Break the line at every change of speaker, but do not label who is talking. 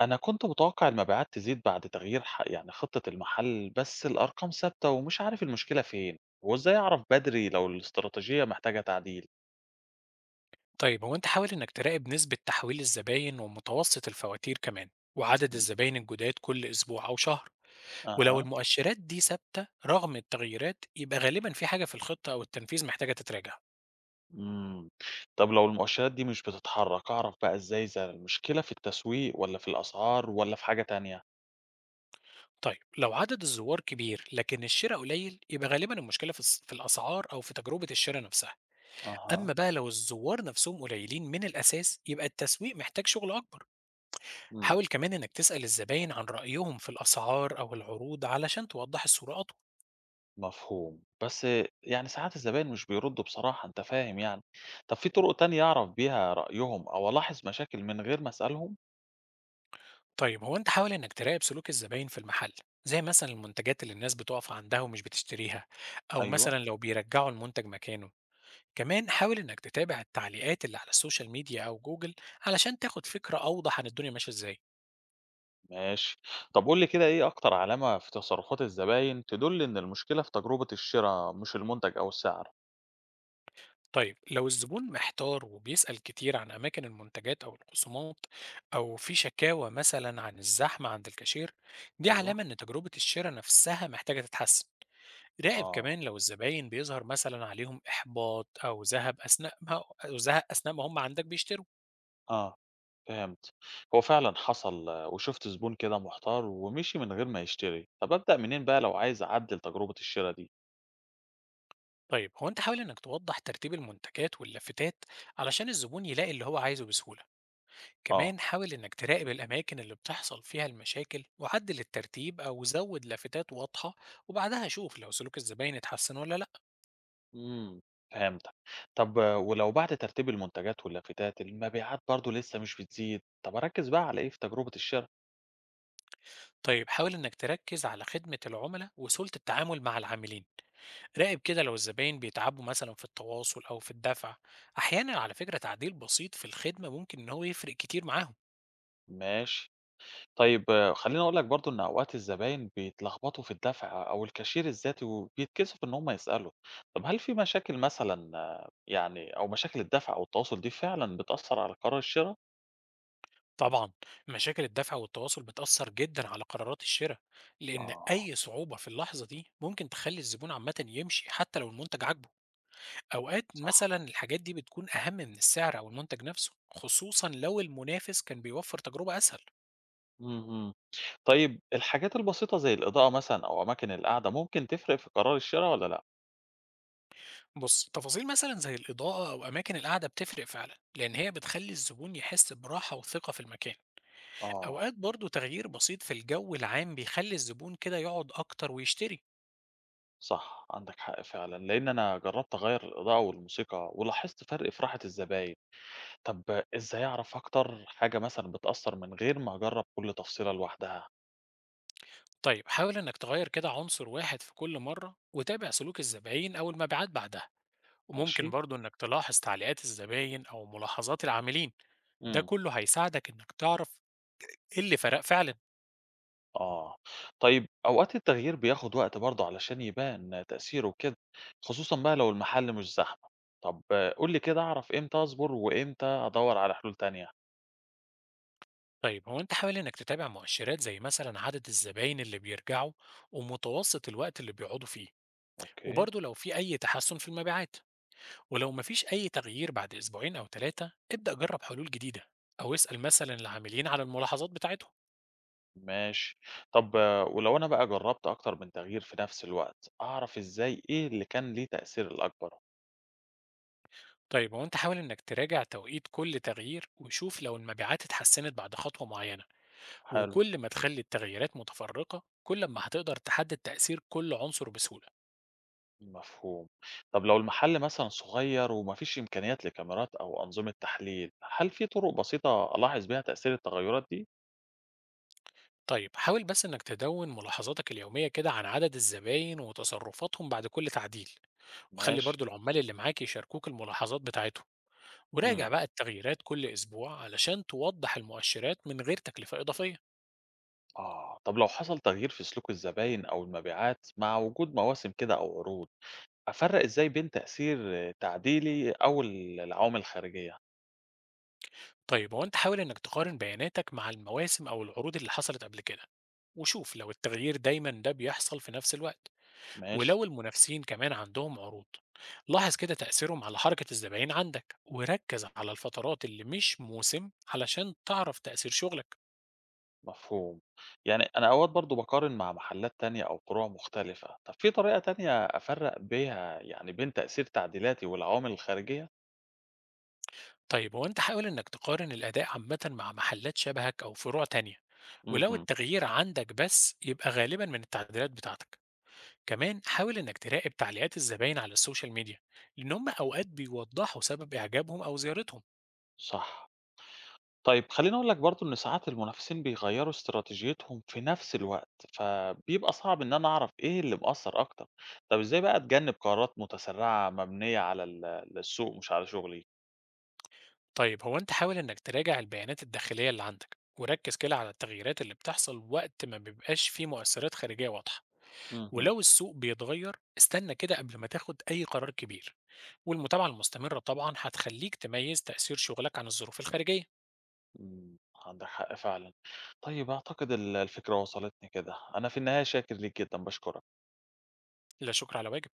أنا كنت متوقع المبيعات تزيد بعد تغيير خطة المحل بس الأرقام ثابتة ومش عارف المشكلة فين وإزاي أعرف بدري لو الاستراتيجية محتاجة تعديل.
طيب هو انت حاول انك تراقب نسبة تحويل الزباين ومتوسط الفواتير كمان، وعدد الزباين الجداد كل اسبوع او شهر. ولو
أها.
المؤشرات دي ثابتة رغم التغييرات يبقى غالبا في حاجة في الخطة او التنفيذ محتاجة تتراجع.
مم. طب لو المؤشرات دي مش بتتحرك أعرف بقى إزاي إذا المشكلة في التسويق ولا في الأسعار ولا في حاجة تانية.
طيب لو عدد الزوار كبير لكن الشراء قليل يبقى غالبا المشكلة في الاسعار او في تجربة الشراء نفسها.
أها.
اما بقى لو الزوار نفسهم قليلين من الاساس يبقى التسويق محتاج شغل اكبر.
مم.
حاول كمان انك تسأل الزباين عن رأيهم في الاسعار او العروض علشان توضح الصورة اطول.
مفهوم، بس يعني ساعات الزبائن مش بيردوا، بصراحة أنت فاهم يعني. طب في طرق تانية أعرف بيها رأيهم أو ألاحظ مشاكل من غير ما أسألهم؟
طيب هو انت حاول انك تراقب سلوك الزباين في المحل، زي مثلا المنتجات اللي الناس بتقف عندها ومش بتشتريها، او
أيوه،
مثلا لو بيرجعوا المنتج مكانه. كمان حاول انك تتابع التعليقات اللي على السوشيال ميديا او جوجل علشان تاخد فكرة اوضح عن الدنيا ماشية ازاي.
ماشي. طب قُل لي كده إيه أكتر علامة في تصرفات الزباين تدُل إن المشكلة في تجربة الشرا مش المنتج أو السعر؟
طيب لو الزبون محتار وبيسأل كتير عن أماكن المنتجات أو الخصومات، أو في شكاوى مثلا عن الزحمة عند الكاشير، دي
أيوه.
علامة إن تجربة الشراء نفسها محتاجة تتحسن. راقب
آه.
كمان لو الزباين بيظهر مثلا عليهم إحباط أو زهق أثناء ما هم عندك بيشتروا.
آه، فهمت. هو فعلًا حصل آه، وشُفت زبون كده محتار ومشي من غير ما يشتري، طب أبدأ منين بقى لو عايز أعدِّل تجربة الشرا دي؟
طيب هو أنت حاول إنك توضح ترتيب المنتجات واللافتات علشان الزبون يلاقي اللي هو عايزه بسهولة.
آه.
كمان حاول إنك تراقب الأماكن اللي بتحصل فيها المشاكل وعدل الترتيب أو زود لافتات واضحة. وبعدها شوف لو سلوك الزباين اتحسن ولا لأ.
إمم، فهمتك. طب آه، ولو بعد ترتيب المنتجات واللافتات المبيعات برضه لسه مش بتزيد، طب أركِّز بقى على إيه في تجربة الشرا؟
طيب حاول إنك تركز على خدمة العملاء وسهولة التعامل مع العاملين. راقب كده لو الزباين بيتعبوا مثلا في التواصل أو في الدفع. أحيانا على فكرة تعديل بسيط في الخدمة ممكن إن هو يفرق كتير معاهم.
ماشي. طيب آه، خلّيني أقول لك برضه إن أوقات الزباين بيتلخبطوا في الدفع أو الكاشير الذاتي وبيتكسفوا إن هم يسألوا، طب هل في مشاكل مثلًا آه، يعني أو مشاكل الدفع أو التواصل دي فعلًا بتأثّر على قرار الشرا؟
طبعا، مشاكل الدفع والتواصل بتأثر جدا على قرارات الشراء، لأن
آه،
أي صعوبة في اللحظة دي ممكن تخلي الزبون عامة يمشي حتى لو المنتج عاجبه. أوقات
صح،
مثلا الحاجات دي بتكون أهم من السعر أو المنتج نفسه، خصوصا لو المنافس كان بيوفر تجربة أسهل.
اهم. طيب الحاجات البسيطة زي الإضاءة مثلًا أو أماكن القعدة ممكن تفرق في قرار الشرا والّا لأ؟
بص، تفاصيل مثلا زي الإضاءة أو أماكن القعدة بتفرق فعلا لأن هي بتخلي الزبون يحس براحة وثقة في المكان.
آه،
أوقات برضو تغيير بسيط في الجو العام بيخلي الزبون كده يقعد أكتر ويشتري.
صح، عندك حق فعلًا، لإن أنا جرّبت أغيّر الإضاءة والموسيقى ولاحظت فرق في راحة الزباين. طب إزاي أعرف أكتر حاجة مثلًا بتأثّر من غير ما أجرّب كل تفصيلة لوحدها؟
طيب حاول إنك تغير كده عنصر واحد في كل مرة وتابع سلوك الزباين أو المبيعات بعدها. وممكن
ماشي،
برضو إنك تلاحظ تعليقات الزباين أو ملاحظات العاملين. ده
إمم،
كله هيساعدك إنك تعرف إيه اللي فرق فعلا.
آه. طيب أوقات التغيير بياخد وقت برضه علشان يبان تأثيره وكده، خصوصًا بقى لو المحل مش زحمة. طب قُل لي كده أعرف إمتى أصبر وإمتى أدوّر على حلول تانية؟
طيب هو أنت حاول إنك تتابع مؤشرات زي مثلا عدد الزباين اللي بيرجعوا ومتوسط الوقت اللي بيقعدوا فيه.
أوكي،
وبرضو لو في أي تحسن في المبيعات، ولو مفيش أي تغيير بعد أسبوعين أو ثلاثة ابدأ جرب حلول جديدة، أو اسأل مثلا العاملين على الملاحظات بتاعتهم.
ماشي. طب آه، ولو أنا بقى جرّبت أكتر من تغيير في نفس الوقت، أعرف إزاي إيه اللي كان ليه تأثير الأكبر؟
طيب هو أنت حاول إنك تراجع توقيت كل تغيير وشوف لو المبيعات اتحسنت بعد خطوة معينة.
حلو.
وكل ما تخلي التغييرات متفرقة كل ما هتقدر تحدد تأثير كل عنصر بسهولة.
مفهوم. طب لو المحل مثلًا صغير وما فيش إمكانيات لكاميرات أو أنظمة تحليل، هل في طرق بسيطة ألاحظ بيها تأثير التغيرات دي؟
طيب حاول بس إنك تدون ملاحظاتك اليومية كده عن عدد الزباين وتصرفاتهم بعد كل تعديل. وخلي
ماشي.
برضو العمال اللي معاك يشاركوك الملاحظات بتاعتهم.
إمم.
وراجع بقى التغييرات كل أسبوع علشان توضح المؤشرات من غير تكلفة إضافية.
آه. طب لو حصل تغيير في سلوك الزباين أو المبيعات مع وجود مواسم كده أو عروض، أفرّق إزاي بين تأثير تعديلي أو العوامل الخارجية؟
طيب هو أنت حاول إنك تقارن بياناتك مع المواسم أو العروض اللي حصلت قبل كده، وشوف لو التغيير دايما ده بيحصل في نفس الوقت.
ماشي،
ولو المنافسين كمان عندهم عروض، لاحظ كده تأثيرهم على حركة الزباين عندك، وركز على الفترات اللي مش موسم علشان تعرف تأثير شغلك.
مفهوم. يعني أنا أوقات برضه باقارن مع محلات تانية أو فروع مختلفة. طب في طريقة تانية أفرّق بيها يعني بين تأثير تعديلاتي والعوامل الخارجية؟
طيب هو أنت حاول إنك تقارن الأداء عامة مع محلات شبهك أو فروع تانية. ولو
اهم.
التغيير عندك بس يبقى غالبا من التعديلات بتاعتك. كمان حاول إنك تراقب تعليقات الزباين على السوشيال ميديا، لأن هم أوقات بيوضحوا سبب إعجابهم أو زيارتهم.
صح. طيب خلّيني أقول لك برضه إن ساعات المنافسين بيغيّروا استراتيجيتهم في نفس الوقت، فبيبقى صعب إن أنا أعرف إيه اللي مأثّر أكتر. طب إزاي بقى أتجنّب قرارات متسرّعة مبنية على السوق مش على شغلي؟
طيب هو أنت حاول إنك تراجع البيانات الداخلية اللي عندك وركز كده على التغييرات اللي بتحصل وقت ما بيبقاش فيه مؤثرات خارجية واضحة.
اهم.
ولو السوق بيتغير استنى كده قبل ما تاخد أي قرار كبير. والمتابعة المستمرة طبعا هتخليك تميز تأثير شغلك عن الظروف الخارجية.
إمم. عندك حق فعلًا. طيب أعتقد الفكرة وصلتني كده. أنا في النهاية شاكر ليك جدًا، باشكرك.
لا شكر على واجب.